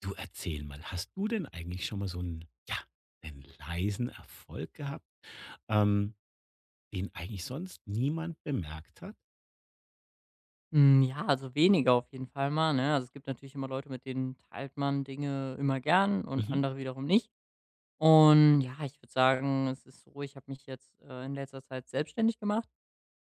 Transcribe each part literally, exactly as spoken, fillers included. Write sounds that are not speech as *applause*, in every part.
Du erzähl mal, hast du denn eigentlich schon mal so einen, ja, einen leisen Erfolg gehabt, ähm, den eigentlich sonst niemand bemerkt hat? Hm, ja, also weniger auf jeden Fall mal, ne? Also, es gibt natürlich immer Leute, mit denen teilt man Dinge immer gern und Mhm. andere wiederum nicht. Und ja, ich würde sagen, es ist so, ich habe mich jetzt, äh, in letzter Zeit selbstständig gemacht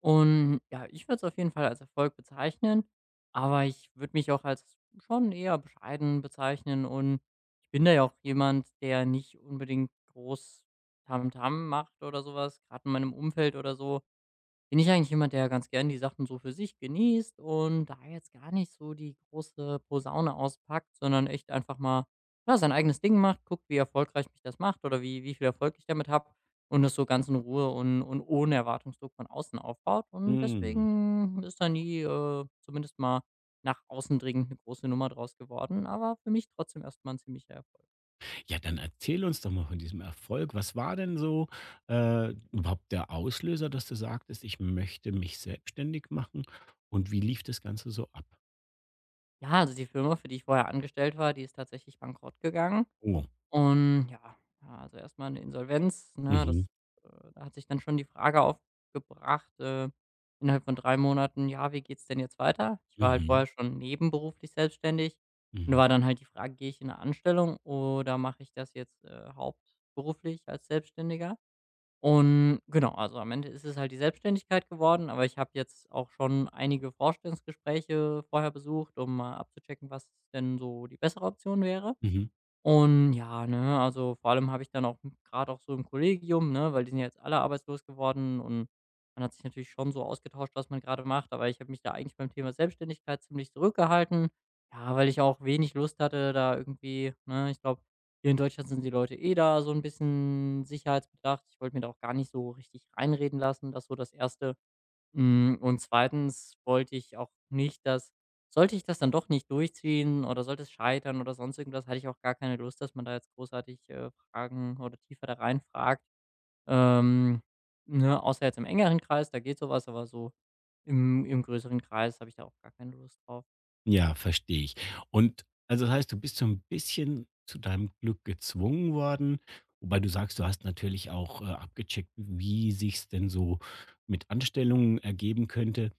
und ja, ich würde es auf jeden Fall als Erfolg bezeichnen, aber ich würde mich auch als schon eher bescheiden bezeichnen, und ich bin da ja auch jemand, der nicht unbedingt groß Tamtam macht oder sowas. Gerade in meinem Umfeld oder so bin ich eigentlich jemand, der ganz gern die Sachen so für sich genießt und da jetzt gar nicht so die große Posaune auspackt, sondern echt einfach mal ja, sein eigenes Ding macht, guckt, wie erfolgreich mich das macht oder wie, wie viel Erfolg ich damit habe und das so ganz in Ruhe und, und ohne Erwartungsdruck von außen aufbaut. Und Hm. deswegen ist da nie äh, zumindest mal nach außen dringend eine große Nummer draus geworden, aber für mich trotzdem erstmal ein ziemlicher Erfolg. Ja, dann erzähl uns doch mal von diesem Erfolg. Was war denn so, äh, überhaupt der Auslöser, dass du sagtest: „Ich möchte mich selbstständig machen“? Und wie lief das Ganze so ab? Ja, also die Firma, für die ich vorher angestellt war, die ist tatsächlich bankrott gegangen. Oh. Und ja, ja, also erstmal eine Insolvenz, ne? Mhm. Das, äh da hat sich dann schon die Frage aufgebracht, äh, innerhalb von drei Monaten: „Ja, wie geht's denn jetzt weiter?" Ich war halt Mhm. vorher schon nebenberuflich selbstständig und da Mhm. war dann halt die Frage: „Gehe ich in eine Anstellung oder mache ich das jetzt, äh, hauptberuflich als Selbstständiger?" Und genau, also am Ende ist es halt die Selbstständigkeit geworden, aber ich habe jetzt auch schon einige Vorstellungsgespräche vorher besucht, um mal abzuchecken, was denn so die bessere Option wäre. Mhm. Und ja, ne, also vor allem habe ich dann auch gerade auch so im Kollegium, ne, weil die sind ja jetzt alle arbeitslos geworden, und man hat sich natürlich schon so ausgetauscht, was man gerade macht, aber ich habe mich da eigentlich beim Thema Selbstständigkeit ziemlich zurückgehalten. Ja, weil ich auch wenig Lust hatte, da irgendwie, ne, ich glaube, hier in Deutschland sind die Leute eh da so ein bisschen sicherheitsbedacht. Ich wollte mir da auch gar nicht so richtig reinreden lassen. Das ist so das erste, hm, und zweitens wollte ich auch nicht, dass, sollte ich das dann doch nicht durchziehen oder sollte es scheitern oder sonst irgendwas, hatte ich auch gar keine Lust, dass man da jetzt großartig, äh, Fragen oder tiefer da reinfragt. Ähm, ne, außer jetzt im engeren Kreis, da geht sowas, aber so im im größeren Kreis habe ich da auch gar keine Lust drauf. Ja, verstehe ich. Und also, das heißt, du bist so ein bisschen zu deinem Glück gezwungen worden, wobei du sagst, du hast natürlich auch, äh, abgecheckt, wie sich's denn so mit Anstellungen ergeben könnte.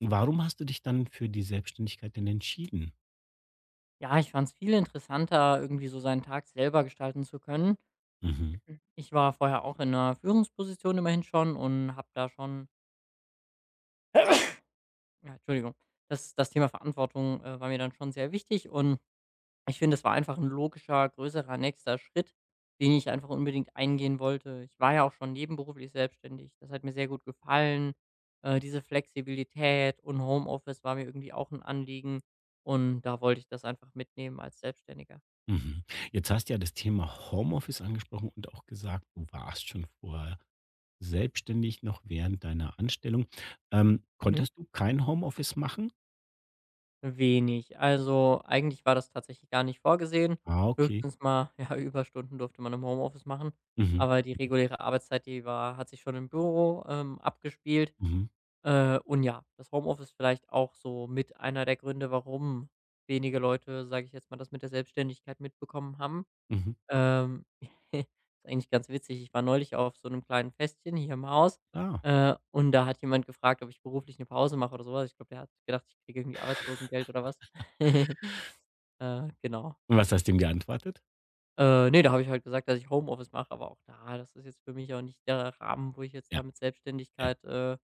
Warum hast du dich dann für die Selbstständigkeit denn entschieden? Ja, ich fand es viel interessanter, irgendwie so seinen Tag selber gestalten zu können. Mhm, Ich war vorher auch in einer Führungsposition immerhin schon und habe da schon. Ja, Entschuldigung. Das das Thema Verantwortung, äh, war mir dann schon sehr wichtig, und ich finde, das war einfach ein logischer, größerer nächster Schritt, den ich einfach unbedingt eingehen wollte. Ich war ja auch schon nebenberuflich selbstständig. Das hat mir sehr gut gefallen. Äh, diese Flexibilität und Homeoffice war mir irgendwie auch ein Anliegen, und da wollte ich das einfach mitnehmen als Selbstständiger. mhm. Jetzt hast du ja das Thema Homeoffice angesprochen und auch gesagt, du warst schon vorher selbstständig, noch während deiner Anstellung. Ähm, Mhm. Konntest du kein Homeoffice machen? Wenig. Also, eigentlich war das tatsächlich gar nicht vorgesehen. Ah, okay. Höchstens mal, *laughs* ja, Überstunden durfte man im Homeoffice machen, Mhm, aber die reguläre Arbeitszeit, die war hat sich schon im Büro, ähm, abgespielt. mhm, Äh, und ja, das Homeoffice vielleicht auch so mit einer der Gründe, warum wenige Leute, sage ich jetzt mal, das mit der Selbstständigkeit mitbekommen haben. mhm. Ähm, *laughs* Ist eigentlich ganz witzig. Ich war neulich auf so einem kleinen Festchen hier im Haus, Ah. äh, und da hat jemand gefragt, ob ich beruflich eine Pause mache oder sowas. Ich glaube, der hat gedacht, ich kriege irgendwie Arbeitslosengeld oder was. *laughs* Äh, genau. Und was hast du ihm geantwortet? Äh, ne, da habe ich halt gesagt, dass ich Homeoffice mache, aber auch da, das ist jetzt für mich auch nicht der Rahmen, wo ich jetzt Ja. da mit Ja. Selbstständigkeit, äh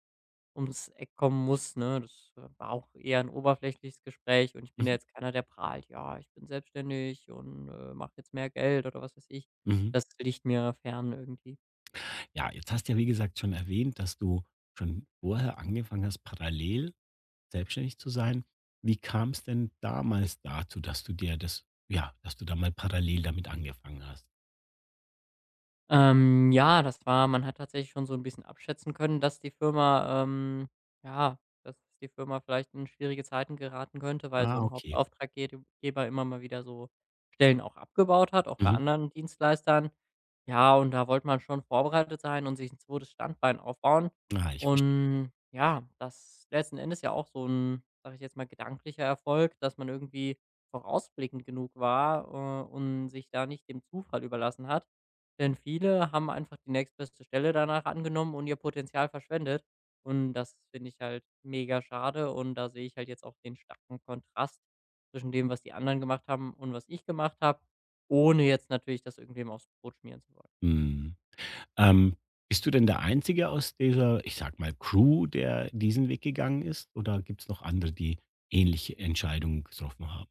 ums Eck kommen muss, ne? Das, äh, war auch eher ein oberflächliches Gespräch, und ich bin ja Mhm. jetzt keiner, der prahlt: „Ja, ich bin selbstständig und, äh, mache jetzt mehr Geld" oder was weiß ich. Mhm. Das liegt mir fern irgendwie. Ja, jetzt hast du ja, wie gesagt, schon erwähnt, dass du schon vorher angefangen hast, parallel selbstständig zu sein. Wie kam es denn damals dazu, dass du dir das ja, dass du da mal parallel damit angefangen hast? Ähm, ja, das war, man hat tatsächlich schon so ein bisschen abschätzen können, dass die Firma, ähm ja, dass die Firma vielleicht in schwierige Zeiten geraten könnte, weil so Ah, ein okay. Hauptauftraggeber immer mal wieder so Stellen auch abgebaut hat, auch bei Mhm. anderen Dienstleistern. Ja, und da wollte man schon vorbereitet sein und sich ein zweites Standbein aufbauen. Ah, ich verstehe. Und ja, das letzten Endes ja auch so ein, sage ich jetzt mal, gedanklicher Erfolg, dass man irgendwie vorausblickend genug war, äh, und sich da nicht dem Zufall überlassen hat. Denn viele haben einfach die nächstbeste Stelle danach angenommen und ihr Potenzial verschwendet. Und das finde ich halt mega schade. Und da sehe ich halt jetzt auch den starken Kontrast zwischen dem, was die anderen gemacht haben und was ich gemacht habe, ohne jetzt natürlich das irgendwem aufs Brot schmieren zu wollen. Mhm. Ähm, Bist du denn der Einzige aus dieser, ich sag mal, Crew, der diesen Weg gegangen ist? Oder gibt es noch andere, die ähnliche Entscheidungen getroffen haben?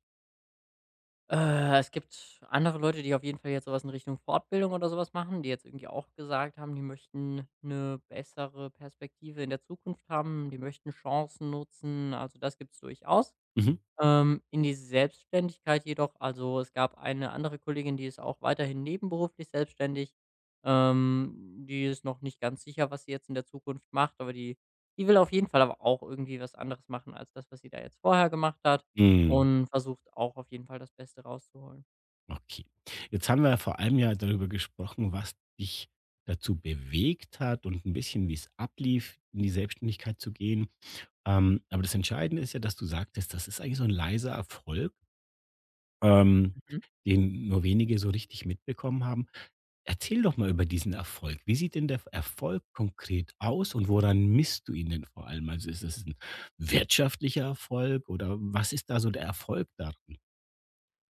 Äh, es gibt andere Leute, die auf jeden Fall jetzt sowas in Richtung Fortbildung oder sowas machen, die jetzt irgendwie auch gesagt haben, die möchten eine bessere Perspektive in der Zukunft haben, die möchten Chancen nutzen. Also das gibt es durchaus. Mhm. Ähm, in die Selbstständigkeit jedoch, also, es gab eine andere Kollegin, die ist auch weiterhin nebenberuflich selbstständig. Ähm, die ist noch nicht ganz sicher, was sie jetzt in der Zukunft macht, aber die die will auf jeden Fall aber auch irgendwie was anderes machen als das, was sie da jetzt vorher gemacht hat, Mhm. und versucht auch auf jeden Fall das Beste rauszuholen. Okay. Jetzt haben wir ja vor allem ja darüber gesprochen, was dich dazu bewegt hat und ein bisschen, wie es ablief, in die Selbstständigkeit zu gehen. Ähm, aber das Entscheidende ist ja, dass du sagtest, das ist eigentlich so ein leiser Erfolg, ähm, Mhm. den nur wenige so richtig mitbekommen haben. Erzähl doch mal über diesen Erfolg. Wie sieht denn der Erfolg konkret aus und woran misst du ihn denn vor allem? Also, ist es ein wirtschaftlicher Erfolg oder was ist da so der Erfolg da?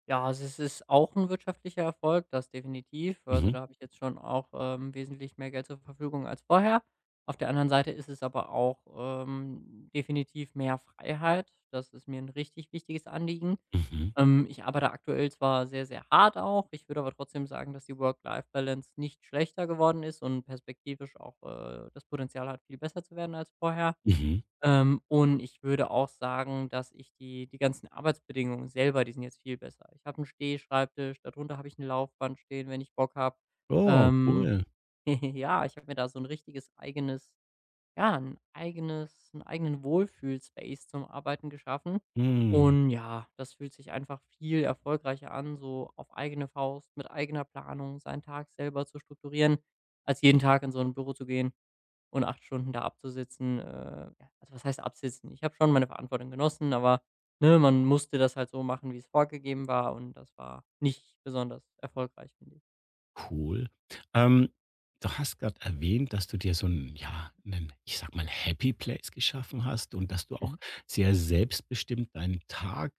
Ja, also es ist auch ein wirtschaftlicher Erfolg, das definitiv. Also, Mhm, da habe ich jetzt schon auch, ähm, wesentlich mehr Geld zur Verfügung als vorher. Auf der anderen Seite ist es aber auch, ähm, definitiv mehr Freiheit. Das ist mir ein richtig wichtiges Anliegen. mhm, Ähm, ich arbeite aktuell zwar sehr, sehr hart auch, ich würde aber trotzdem sagen, dass die Work-Life-Balance nicht schlechter geworden ist und perspektivisch auch, äh, das Potenzial hat, viel besser zu werden als vorher. mhm. Ähm, und ich würde auch sagen, dass ich die die ganzen Arbeitsbedingungen selber, die sind jetzt viel besser. Ich habe einen Stehschreibtisch, darunter habe ich 'n Laufband stehen, wenn ich Bock habe. Oh, Ähm, cool. *laughs* ja, ich habe mir da so ein richtiges eigenes ja, ein eigenes einen eigenen Wohlfühlspace zum Arbeiten geschaffen. Hm, Und ja, das fühlt sich einfach viel erfolgreicher an, so auf eigene Faust, mit eigener Planung seinen Tag selber zu strukturieren, als jeden Tag in so ein Büro zu gehen. Und acht Stunden da abzusitzen, äh, ja, also was heißt absitzen? Ich habe schon meine Verantwortung genossen, aber, ne, man musste das halt so machen, wie es vorgegeben war, und das war nicht besonders erfolgreich, finde ich. cool. Ähm, Du hast gerade erwähnt, dass du dir so 'n ja, 'nen, ich sag mal, Happy Place geschaffen hast und dass du Mhm. auch sehr selbstbestimmt deinen Tag,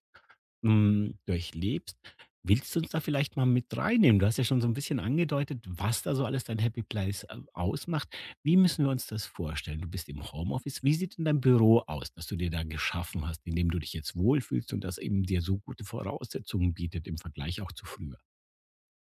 hm, durchlebst. Willst du uns da vielleicht mal mit reinnehmen? Du hast ja schon so ein bisschen angedeutet, was da so alles dein Happy Place, äh, ausmacht. Wie müssen wir uns das vorstellen? Du bist im Homeoffice. Wie sieht denn dein Büro aus, das du dir da geschaffen hast, in dem du dich jetzt wohlfühlst und das eben dir so gute Voraussetzungen bietet im Vergleich auch zu früher?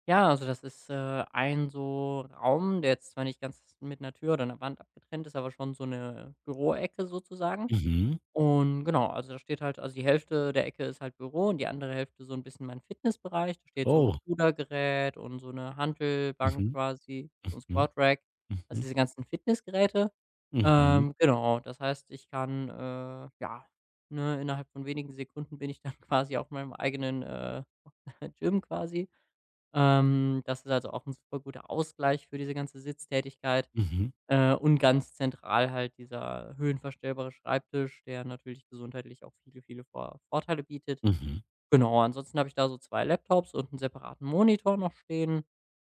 Ja, also das ist, äh, ein so Raum, der jetzt zwar nicht ganz mit einer Tür oder einer Wand abgetrennt ist, aber schon so eine Büroecke sozusagen. Mhm. Und genau, also da steht halt, also die Hälfte der Ecke ist halt Büro und die andere Hälfte so ein bisschen mein Fitnessbereich. Da steht so ein Oh. Rudergerät und so eine Hantelbank, Mhm, quasi so ein mhm, Squat Rack, also mhm, diese ganzen Fitnessgeräte. mhm, Ähm, genau, das heißt, ich kann, äh, ja, ne, innerhalb von wenigen Sekunden bin ich dann *laughs* quasi auf meinem eigenen, äh, *laughs* Gym quasi. Ähm, das ist also auch ein super guter Ausgleich für diese ganze Sitztätigkeit. mhm, Äh, und ganz zentral halt dieser höhenverstellbare Schreibtisch, der natürlich gesundheitlich auch viele, viele Vor Vorteile bietet. mhm. Genau, ansonsten habe ich da so zwei Laptops und einen separaten Monitor noch stehen.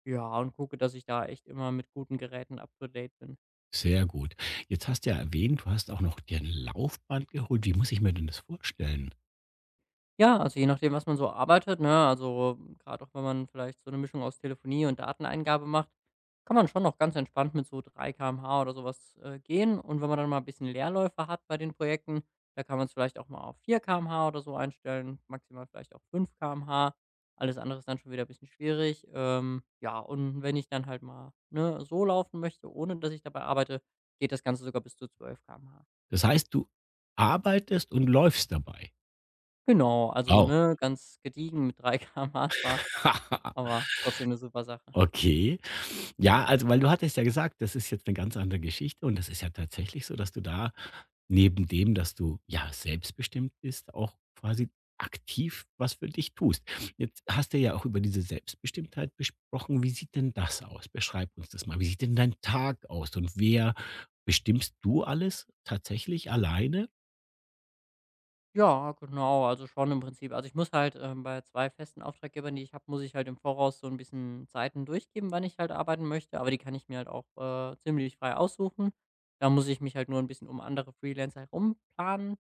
Ja, und gucke, dass ich da echt immer mit guten Geräten up to date bin. Sehr gut. Jetzt hast du ja erwähnt, du hast auch noch dir 'n Laufband geholt. Wie muss ich mir denn das vorstellen? Ja, also je nachdem, was man so arbeitet, ne? Also gerade auch wenn man vielleicht so eine Mischung aus Telefonie und Dateneingabe macht, kann man schon noch ganz entspannt mit so drei Kilometer pro Stunde oder sowas äh, gehen. Und wenn man dann mal ein bisschen Leerläufe hat bei den Projekten, da kann man es vielleicht auch mal auf vier Kilometer pro Stunde oder so einstellen, maximal vielleicht auch fünf Kilometer pro Stunde. Alles andere ist dann schon wieder ein bisschen schwierig. Ähm, ja, und wenn ich dann halt mal, ne, so laufen möchte, ohne dass ich dabei arbeite, geht das Ganze sogar bis zu zwölf Kilometer pro Stunde. Das heißt, du arbeitest und läufst dabei? Genau, also, Wow. ne, ganz gediegen mit drei Kilometer pro Stunde *laughs* zwar. *laughs* Aber trotzdem 'ne super Sache. Okay. Ja, also, weil du hattest ja gesagt, das ist jetzt eine ganz andere Geschichte und das ist ja tatsächlich so, dass du da neben dem, dass du, ja, selbstbestimmt bist, auch quasi aktiv was für dich tust. Jetzt hast du ja auch über diese Selbstbestimmtheit gesprochen. Wie sieht denn das aus? Beschreib uns das mal. Wie sieht denn dein Tag aus und wer bestimmst du alles tatsächlich alleine? Ja, genau, also schon im Prinzip. Also, ich muss halt, ähm, bei zwei festen Auftraggebern, die ich habe, muss ich halt im Voraus so 'n bisschen Zeiten durchgeben, wann ich halt arbeiten möchte, aber die kann ich mir halt auch, äh, ziemlich frei aussuchen. Da muss ich mich halt nur 'n bisschen um andere Freelancer herum planen.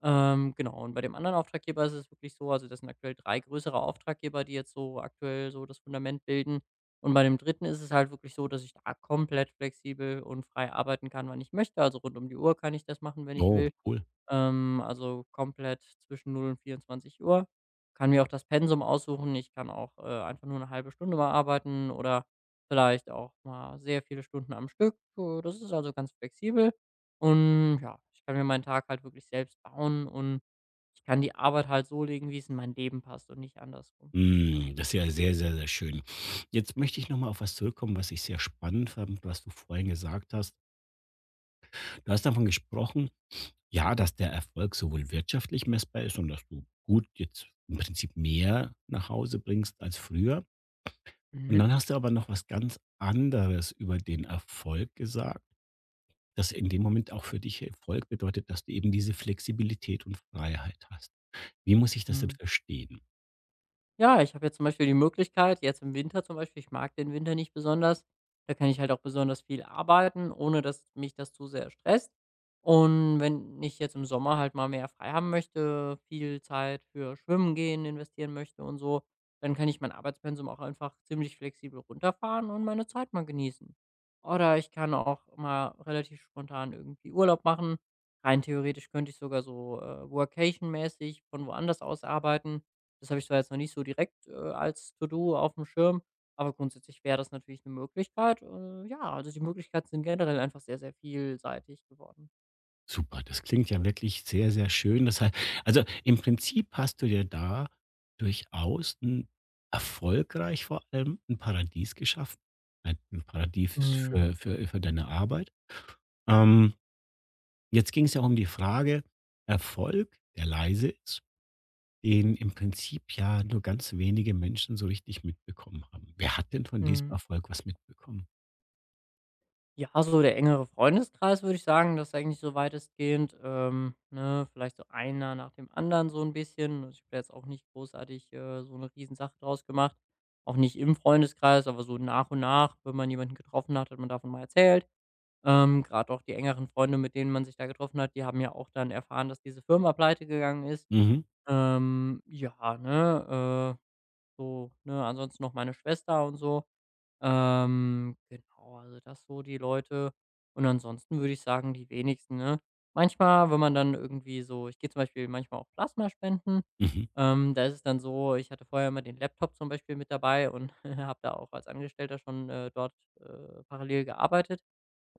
Ähm, genau, und bei dem anderen Auftraggeber ist es wirklich so, also das sind aktuell drei größere Auftraggeber, die jetzt so aktuell so das Fundament bilden. Und bei dem dritten ist es halt wirklich so, dass ich da komplett flexibel und frei arbeiten kann, wann ich möchte. Also, rund um die Uhr kann ich das machen, wenn ich Oh, will. cool. Ähm, also komplett zwischen null und vierundzwanzig Uhr. Kann mir auch das Pensum aussuchen. Ich kann auch, äh, einfach nur eine halbe Stunde mal arbeiten oder vielleicht auch mal sehr viele Stunden am Stück. Äh, das ist also ganz flexibel, und ja, ich kann mir meinen Tag halt wirklich selbst bauen, und ich kann die Arbeit halt so legen, wie es in mein Leben passt und nicht andersrum. Hm, das ist ja sehr, sehr, sehr schön. Jetzt möchte ich noch mal auf was zurückkommen, was ich sehr spannend fand, was du vorhin gesagt hast. Du hast davon gesprochen, Ja, dass der Erfolg sowohl wirtschaftlich messbar ist und dass du gut jetzt im Prinzip mehr nach Hause bringst als früher. Und Mhm. dann hast du aber noch was ganz anderes über den Erfolg gesagt, dass in dem Moment auch für dich Erfolg bedeutet, dass du eben diese Flexibilität und Freiheit hast. Wie muss ich das denn Mhm. verstehen? Ja, ich habe jetzt zum Beispiel die Möglichkeit, jetzt im Winter zum Beispiel, ich mag den Winter nicht besonders, da kann ich halt auch besonders viel arbeiten, ohne dass mich das zu sehr stresst. Und wenn ich jetzt im Sommer halt mal mehr frei haben möchte, viel Zeit für Schwimmen gehen investieren möchte und so, dann kann ich mein Arbeitspensum auch einfach ziemlich flexibel runterfahren und meine Zeit mal genießen. Oder ich kann auch mal relativ spontan irgendwie Urlaub machen. Rein theoretisch könnte ich sogar so äh, Workation-mäßig von woanders aus arbeiten. Das habe ich zwar jetzt noch nicht so direkt, äh, als To-do auf dem Schirm, aber grundsätzlich wäre das natürlich eine Möglichkeit. Äh, ja, also die Möglichkeiten sind generell einfach sehr, sehr vielseitig geworden. Super, das klingt ja wirklich sehr, sehr schön. Das heißt, also, im Prinzip hast du dir da durchaus 'n erfolgreich vor allem ein Paradies geschaffen. Ein 'n Paradies Mhm, für für für deine Arbeit. Ähm, Jetzt ging es ja um die Frage Erfolg, der leise ist, den im Prinzip ja nur ganz wenige Menschen so richtig mitbekommen haben. Wer hat denn von diesem mhm. Erfolg was mitbekommen? Ja, so der engere Freundeskreis, würde ich sagen, das ist eigentlich so weitestgehend, ähm, ne, vielleicht so einer nach dem anderen so ein bisschen. Also, ich habe da jetzt auch nicht großartig, äh, so 'ne Riesensache draus gemacht. Auch nicht im Freundeskreis, aber so nach und nach, wenn man jemanden getroffen hat, hat man davon mal erzählt. Ähm, grad auch die engeren Freunde, mit denen man sich da getroffen hat, die haben ja auch dann erfahren, dass diese Firma pleite gegangen ist. Mhm, Ähm, ja, ne, äh, so, ne, ansonsten noch meine Schwester und so. Ähm, genau, also das so die Leute. Und ansonsten würde ich sagen, die wenigsten, ne? Manchmal, wenn man dann irgendwie so, ich gehe zum Beispiel manchmal auch Plasma spenden. mhm. Ähm, da ist es dann so, ich hatte vorher immer den Laptop zum Beispiel mit dabei und *laughs* habe da auch als Angestellter schon äh, dort äh, parallel gearbeitet.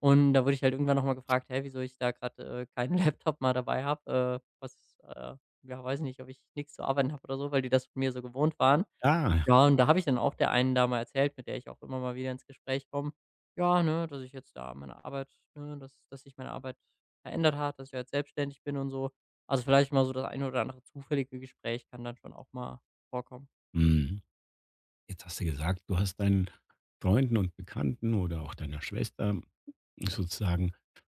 Und da wurde ich halt irgendwann noch mal gefragt: „Hey, wieso ich da gerade äh, keinen *laughs* Laptop mal dabei habe, äh, was äh, ja, weiß nicht, ob ich nichts zu arbeiten habe oder so“, weil die das von mir so gewohnt waren. Ah, Ja, und da habe ich dann auch der einen da erzählt, mit der ich auch immer mal wieder ins Gespräch komme, ja, ne, dass ich jetzt da meine Arbeit ne, dass dass sich meine Arbeit verändert hat, dass ich jetzt selbstständig bin und so. Also, vielleicht mal so das eine oder andere zufällige Gespräch kann dann schon auch mal vorkommen. mhm. Jetzt hast du gesagt, du hast deinen Freunden und Bekannten oder auch deiner Schwester sozusagen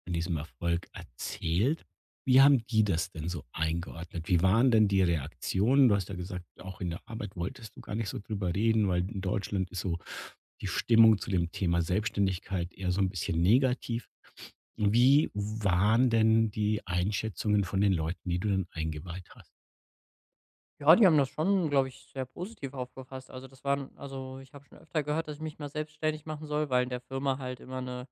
von diesem Erfolg erzählt. Wie haben die das denn so eingeordnet? Wie waren denn die Reaktionen? Du hast ja gesagt, auch in der Arbeit wolltest du gar nicht so drüber reden, weil in Deutschland ist so die Stimmung zu dem Thema Selbstständigkeit eher so ein bisschen negativ. Wie waren denn die Einschätzungen von den Leuten, die du dann eingeweiht hast? Ja, die haben das schon, glaube ich, sehr positiv aufgefasst. Also das waren also ich habe schon öfter gehört, dass ich mich mal selbstständig machen soll, weil in der Firma halt immer eine,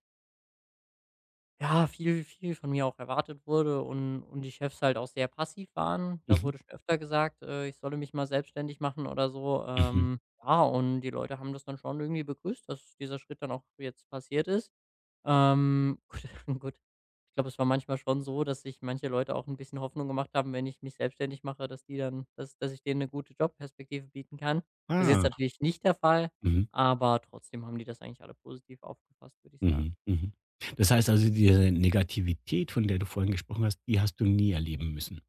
ja, viel viel von mir auch erwartet wurde, und und die Chefs halt auch sehr passiv waren. Da Mhm. wurde schon öfter gesagt, äh, ich solle mich mal selbstständig machen oder so. Mhm. Ähm, ja, und die Leute haben das dann schon irgendwie begrüßt, dass dieser Schritt dann auch jetzt passiert ist. Ähm, *laughs* gut, ich glaube, es war manchmal schon so, dass sich manche Leute auch ein bisschen Hoffnung gemacht haben, wenn ich mich selbstständig mache, dass die dann dass dass ich denen eine gute Jobperspektive bieten kann. Das ist jetzt Ah. natürlich nicht der Fall, Mhm. aber trotzdem haben die das eigentlich alle positiv aufgefasst, würde ich Mhm, sagen. mhm. Das heißt also, diese Negativität, von der du vorhin gesprochen hast, die hast du nie erleben müssen.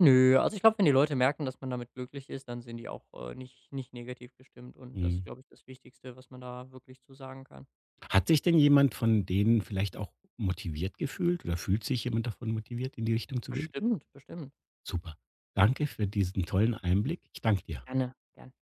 Nö, also ich glaube, wenn die Leute merken, dass man damit glücklich ist, dann sind die auch, äh, nicht nicht negativ gestimmt, und das ist, Mhm. glaube ich, das Wichtigste, was man da wirklich zu sagen kann. Hat sich denn jemand von denen vielleicht auch motiviert gefühlt oder fühlt sich jemand davon motiviert, in die Richtung zu gehen? Bestimmt, bestimmt. Super. Danke für diesen tollen Einblick. Ich danke dir. Gerne, gerne.